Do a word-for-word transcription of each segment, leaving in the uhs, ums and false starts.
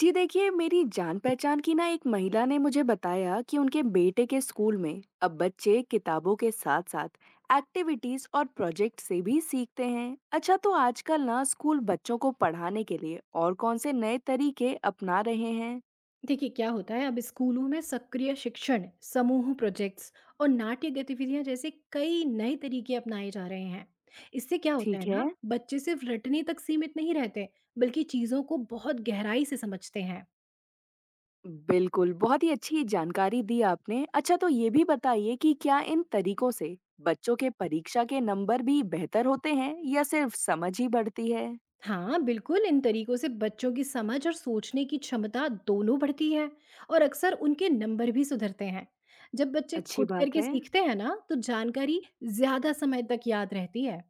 जी देखिए, मेरी जान-पहचान की ना एक महिला ने मुझे बताया कि उनके बेटे के स्कूल में अब बच्चे किताबों के साथ-साथ एक्टिविटीज और प्रोजेक्ट से भी सीखते हैं। अच्छा, तो आजकल ना स्कूल बच्चों को पढ़ाने के लिए और कौन से नए तरीके अपना रहे हैं? देखिए क्या होता है अब स्कूलों में सक्रिय शिक्षण समूह प्रोजेक्ट्स और नाट्य गतिविधियां जैसे कई नए तरीके अपनाए जा रहे हैं। इससे क्या होता है ठीक है। ना, बच्चे सिर्फ रटने तक सीमित नहीं रहते बल्कि चीजों को बहुत गहराई से समझते हैं। बिल्कुल, बहुत ही अच्छी जानकारी दी आपने। अच्छा, तो ये भी बताइए कि क्या इन तरीकों से बच्चों के परीक्षा के नंबर भी बेहतर होते हैं या सिर्फ समझ ही बढ़ती है? हाँ बिल्कुल, इन तरीकों से बच्चों की समझ और सोचने की क्षमता दोनों बढ़ती है और अक्सर उनके नंबर भी सुधरते हैं। जब बच्चे अच्छी खुद बात करके है। सीखते हैं ना, तो जानकारी ज्यादा समय तक याद रहती है।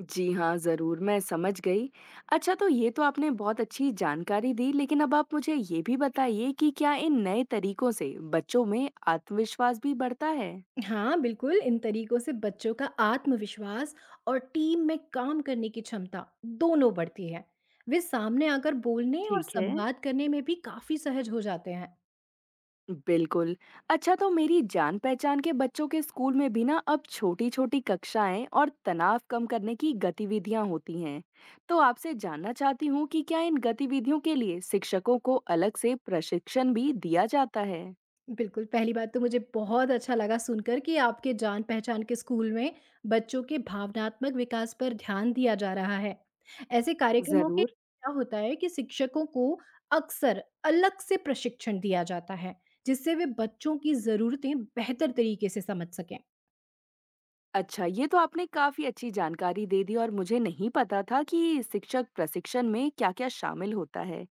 जी हाँ, ज़रूर, मैं समझ गई। अच्छा तो ये तो आपने बहुत अच्छी जानकारी दी, लेकिन अब आप मुझे ये भी बताइए कि क्या इन नए तरीकों से बच्चों में आत्मविश्वास भी बढ़ता है? हाँ बिल्कुल, इन तरीकों से बच्चों का आत्मविश्वास और टीम में काम करने की क्षमता दोनों बढ़ती है। वे सामने आकर बोलने और ठीक है। संवाद करने में भी काफी सहज हो जाते हैं। बिल्कुल। अच्छा तो मेरी जान-पहचान के बच्चों के स्कूल में भी ना अब छोटी-छोटी कक्षाएं और तनाव कम करने की गतिविधियां होती हैं। तो आपसे जानना चाहती हूँ कि क्या इन गतिविधियों के लिए शिक्षकों को अलग से प्रशिक्षण भी दिया जाता है? बिल्कुल, पहली बात तो मुझे बहुत अच्छा लगा सुनकर कि आपके जान पहचान के स्कूल में बच्चों के भावनात्मक विकास पर ध्यान दिया जा रहा है। ऐसे कार्यक्रमों के जरूर। क्या होता है कि शिक्षकों को अक्सर अलग से प्रशिक्षण दिया जाता है, जिससे वे बच्चों की जरूरतें बेहतर तरीके से समझ सकें। अच्छा, ये तो आपने काफ़ी अच्छी जानकारी दे दी और मुझे नहीं पता था कि शिक्षक प्रशिक्षण में क्या-क्या शामिल होता है।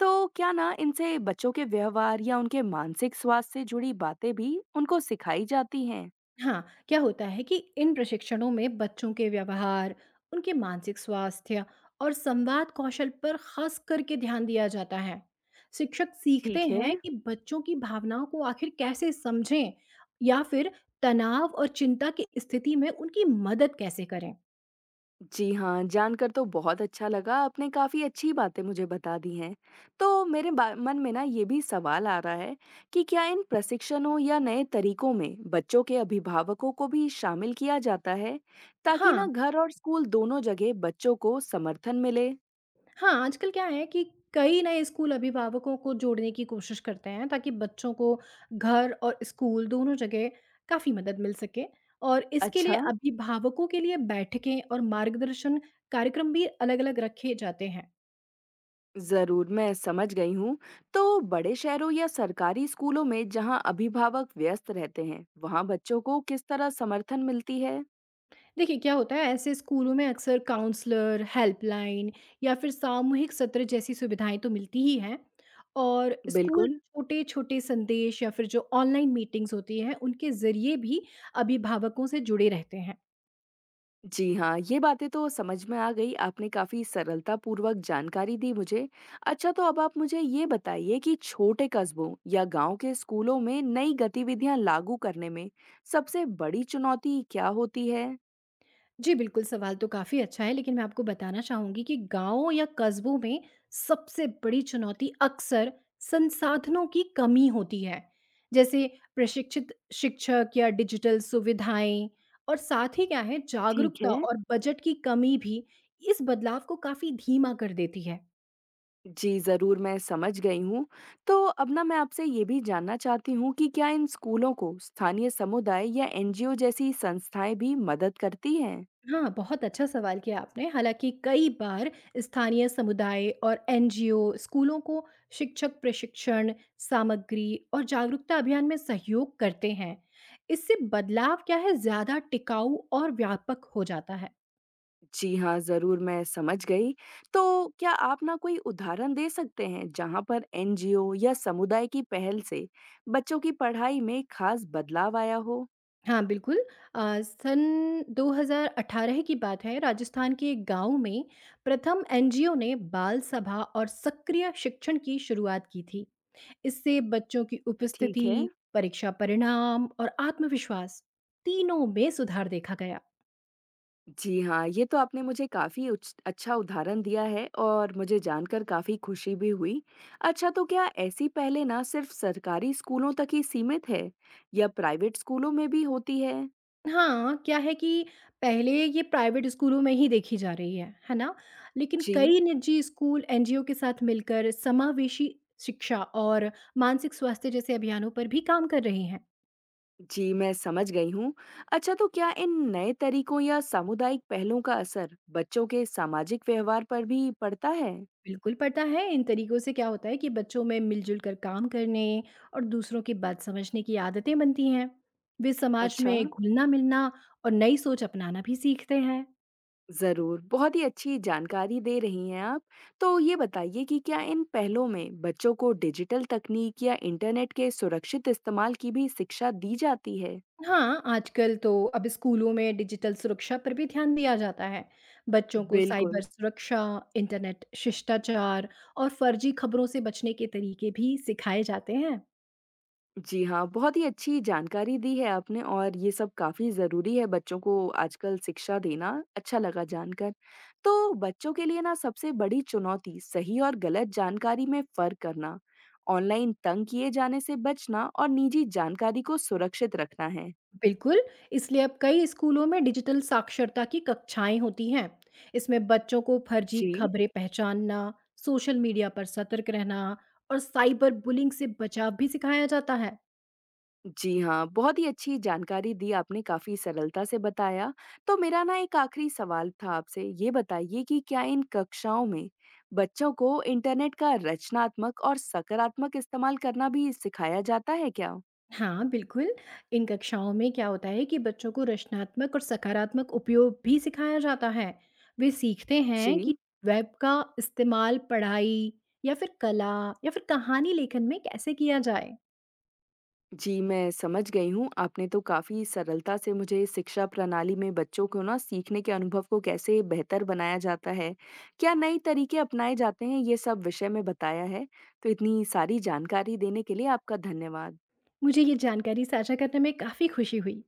तो क्या ना इनसे बच्चों के व्यवहार या उनके मानसिक स्वास्थ्य से जुड़ी बातें भी उनको सिखाई जाती हैं? हाँ, क्या होता है कि इन प्रशिक्षणों में बच्चों के व्यवहार, उनके मानसिक स्वास्थ्य और संवाद कौशल पर खास करके ध्यान दिया जाता है। शिक्षक सीखते ठीक हैं है। कि बच्चों की भावनाओं को आखिर कैसे समझें या फिर तनाव और चिंता की स्थिति में उनकी मदद कैसे करें। जी हाँ, जानकर तो बहुत अच्छा लगा, आपने काफ़ी अच्छी बातें मुझे बता दी हैं। तो मेरे बा मन में ना ये भी सवाल आ रहा है कि क्या इन प्रशिक्षणों या नए तरीकों में बच्चों के अभिभावकों को भी शामिल किया जाता है, ताकि हाँ, ना घर और स्कूल दोनों जगह बच्चों को समर्थन मिले? हाँ, आजकल क्या है कि कई नए स्कूल अभिभावकों को जोड़ने की कोशिश करते हैं ताकि बच्चों को घर और स्कूल दोनों जगह काफ़ी मदद मिल सके, और इसके लिए अच्छा, अभिभावकों के लिए बैठकें और मार्गदर्शन कार्यक्रम भी अलग-अलग रखे जाते हैं। ज़रूर, मैं समझ गई हूँ। तो बड़े शहरों या सरकारी स्कूलों में जहाँ अभिभावक व्यस्त रहते हैं, वहाँ बच्चों को किस तरह समर्थन मिलती है? देखिए क्या होता है, ऐसे स्कूलों में अक्सर काउंसलर, हेल्पलाइन या फिर सामूहिक सत्र जैसी सुविधाएं तो मिलती ही हैं, और स्कूल बिल्कुल। छोटे-छोटे संदेश या फिर जो ऑनलाइन मीटिंग्स होती हैं उनके ज़रिए भी अभिभावकों से जुड़े रहते हैं। जी हाँ, ये बातें तो समझ में आ गई। आपने काफ़ी सरलतापूर्वक जानकारी दी मुझे। अच्छा तो अब आप मुझे ये बताइए कि छोटे कस्बों या गाँव के स्कूलों में नई गतिविधियाँ लागू करने में सबसे बड़ी चुनौती क्या होती है? जी, बिल्कुल, सवाल तो काफ़ी अच्छा है, लेकिन मैं आपको बताना चाहूँगी कि गाँव या कस्बों में सबसे बड़ी चुनौती अक्सर संसाधनों की कमी होती है, जैसे प्रशिक्षित शिक्षक या डिजिटल सुविधाएँ, और साथ ही क्या है, ठीक जागरूकता है। और बजट की कमी भी इस बदलाव को काफ़ी धीमा कर देती है। जी, ज़रूर मैं समझ गई हूँ। तो अब ना मैं आपसे ये भी जानना चाहती हूँ कि क्या इन स्कूलों को स्थानीय समुदाय या एनजीओ जैसी संस्थाएं भी मदद करती हैं? हाँ, बहुत अच्छा सवाल किया आपने। हालाँकि कई बार स्थानीय समुदाय और एनजीओ स्कूलों को शिक्षक प्रशिक्षण, सामग्री और जागरूकता अभियान में सहयोग करते हैं। इससे बदलाव क्या है, ज़्यादा टिकाऊ और व्यापक हो जाता है। जी हाँ, ज़रूर मैं समझ गई। तो क्या आप ना कोई उदाहरण दे सकते हैं जहाँ पर एनजीओ या समुदाय की पहल से बच्चों की पढ़ाई में खास बदलाव आया हो? हाँ, बिल्कुल। अ, सन दो हज़ार अठारह की बात है, राजस्थान के एक गाँव में प्रथम एनजीओ ने बाल सभा और सक्रिय शिक्षण की शुरुआत की थी। इससे बच्चों की ठीक है। उपस्थिति, परीक्षा परिणाम और आत्मविश्वास तीनों में सुधार देखा गया। जी हाँ, ये तो आपने मुझे काफ़ी उच अच्छा उदाहरण दिया है और मुझे जानकर काफ़ी खुशी भी हुई। अच्छा तो क्या ऐसी पहलें ना सिर्फ़ सरकारी स्कूलों तक ही सीमित है या प्राइवेट स्कूलों में भी होती है? हाँ, क्या है कि पहले ये प्राइवेट स्कूलों में ही देखी जा रही है, है ना? लेकिन जी। कई निजी स्कूल एनजीओ के साथ मिलकर समावेशी शिक्षा और मानसिक स्वास्थ्य जैसे अभियानों पर भी काम कर रहे हैं। जी, मैं समझ गई हूँ। अच्छा तो क्या इन नए तरीकों या सामुदायिक पहलों का असर बच्चों के सामाजिक व्यवहार पर भी पड़ता है? बिल्कुल, पता है इन तरीकों से क्या होता है कि बच्चों में मिलजुल कर काम करने और दूसरों की बात समझने की आदतें बनती हैं। वे समाज अच्छा, में घुलना मिलना और नई सोच अपनाना भी सीखते हैं। ज़रूर। बहुत ही अच्छी जानकारी दे रही हैं आप। तो ये बताइए कि क्या इन पहलों में बच्चों को डिजिटल तकनीक या इंटरनेट के सुरक्षित इस्तेमाल की भी शिक्षा दी जाती है? हाँ, आजकल तो अब स्कूलों में डिजिटल सुरक्षा पर भी ध्यान दिया जाता है। बच्चों को साइबर बिल्कुल। सुरक्षा, इंटरनेट शिष्टाचार और फर्जी खबरों से बचने के तरीके भी सिखाए जाते हैं। जी हाँ, बहुत ही अच्छी जानकारी दी है आपने और ये सब काफ़ी ज़रूरी है बच्चों को आजकल शिक्षा देना, अच्छा लगा जानकर। तो बच्चों के लिए ना सबसे बड़ी चुनौती सही और गलत जानकारी में फ़र्क करना, ऑनलाइन तंग किए जाने से बचना और निजी जानकारी को सुरक्षित रखना है। बिल्कुल, इसलिए अब कई स्कूलों में डिजिटल साक्षरता की कक्षाएं होती हैं। इसमें बच्चों को फर्जी जी। खबरें पहचानना, सोशल मीडिया पर सतर्क रहना और साइबर बुलिंग से बचाव भी सिखाया जाता है। जी हाँ, बहुत ही अच्छी जानकारी दी आपने, काफ़ी सरलता से बताया। तो मेरा ना एक आखिरी सवाल था आपसे, ये बताइए कि क्या इन कक्षाओं में बच्चों को इंटरनेट का रचनात्मक और सकारात्मक इस्तेमाल करना भी सिखाया जाता है क्या? हाँ, बिल्कुल। इन कक्षाओं में क्या होता है कि बच्चों को रचनात्मक और सकारात्मक उपयोग भी सिखाया जाता है। वे सीखते हैं कि जी। वेब का इस्तेमाल पढ़ाई या फिर कला या फिर कहानी लेखन में कैसे किया जाए। जी, मैं समझ गई हूँ। आपने तो काफ़ी सरलता से मुझे शिक्षा प्रणाली में बच्चों को ना सीखने के अनुभव को कैसे बेहतर बनाया जाता है, क्या नए तरीके अपनाए जाते हैं, ये सब विषय में बताया है। तो इतनी सारी जानकारी देने के लिए आपका धन्यवाद। मुझे ये जानकारी साझा करने में काफ़ी खुशी हुई।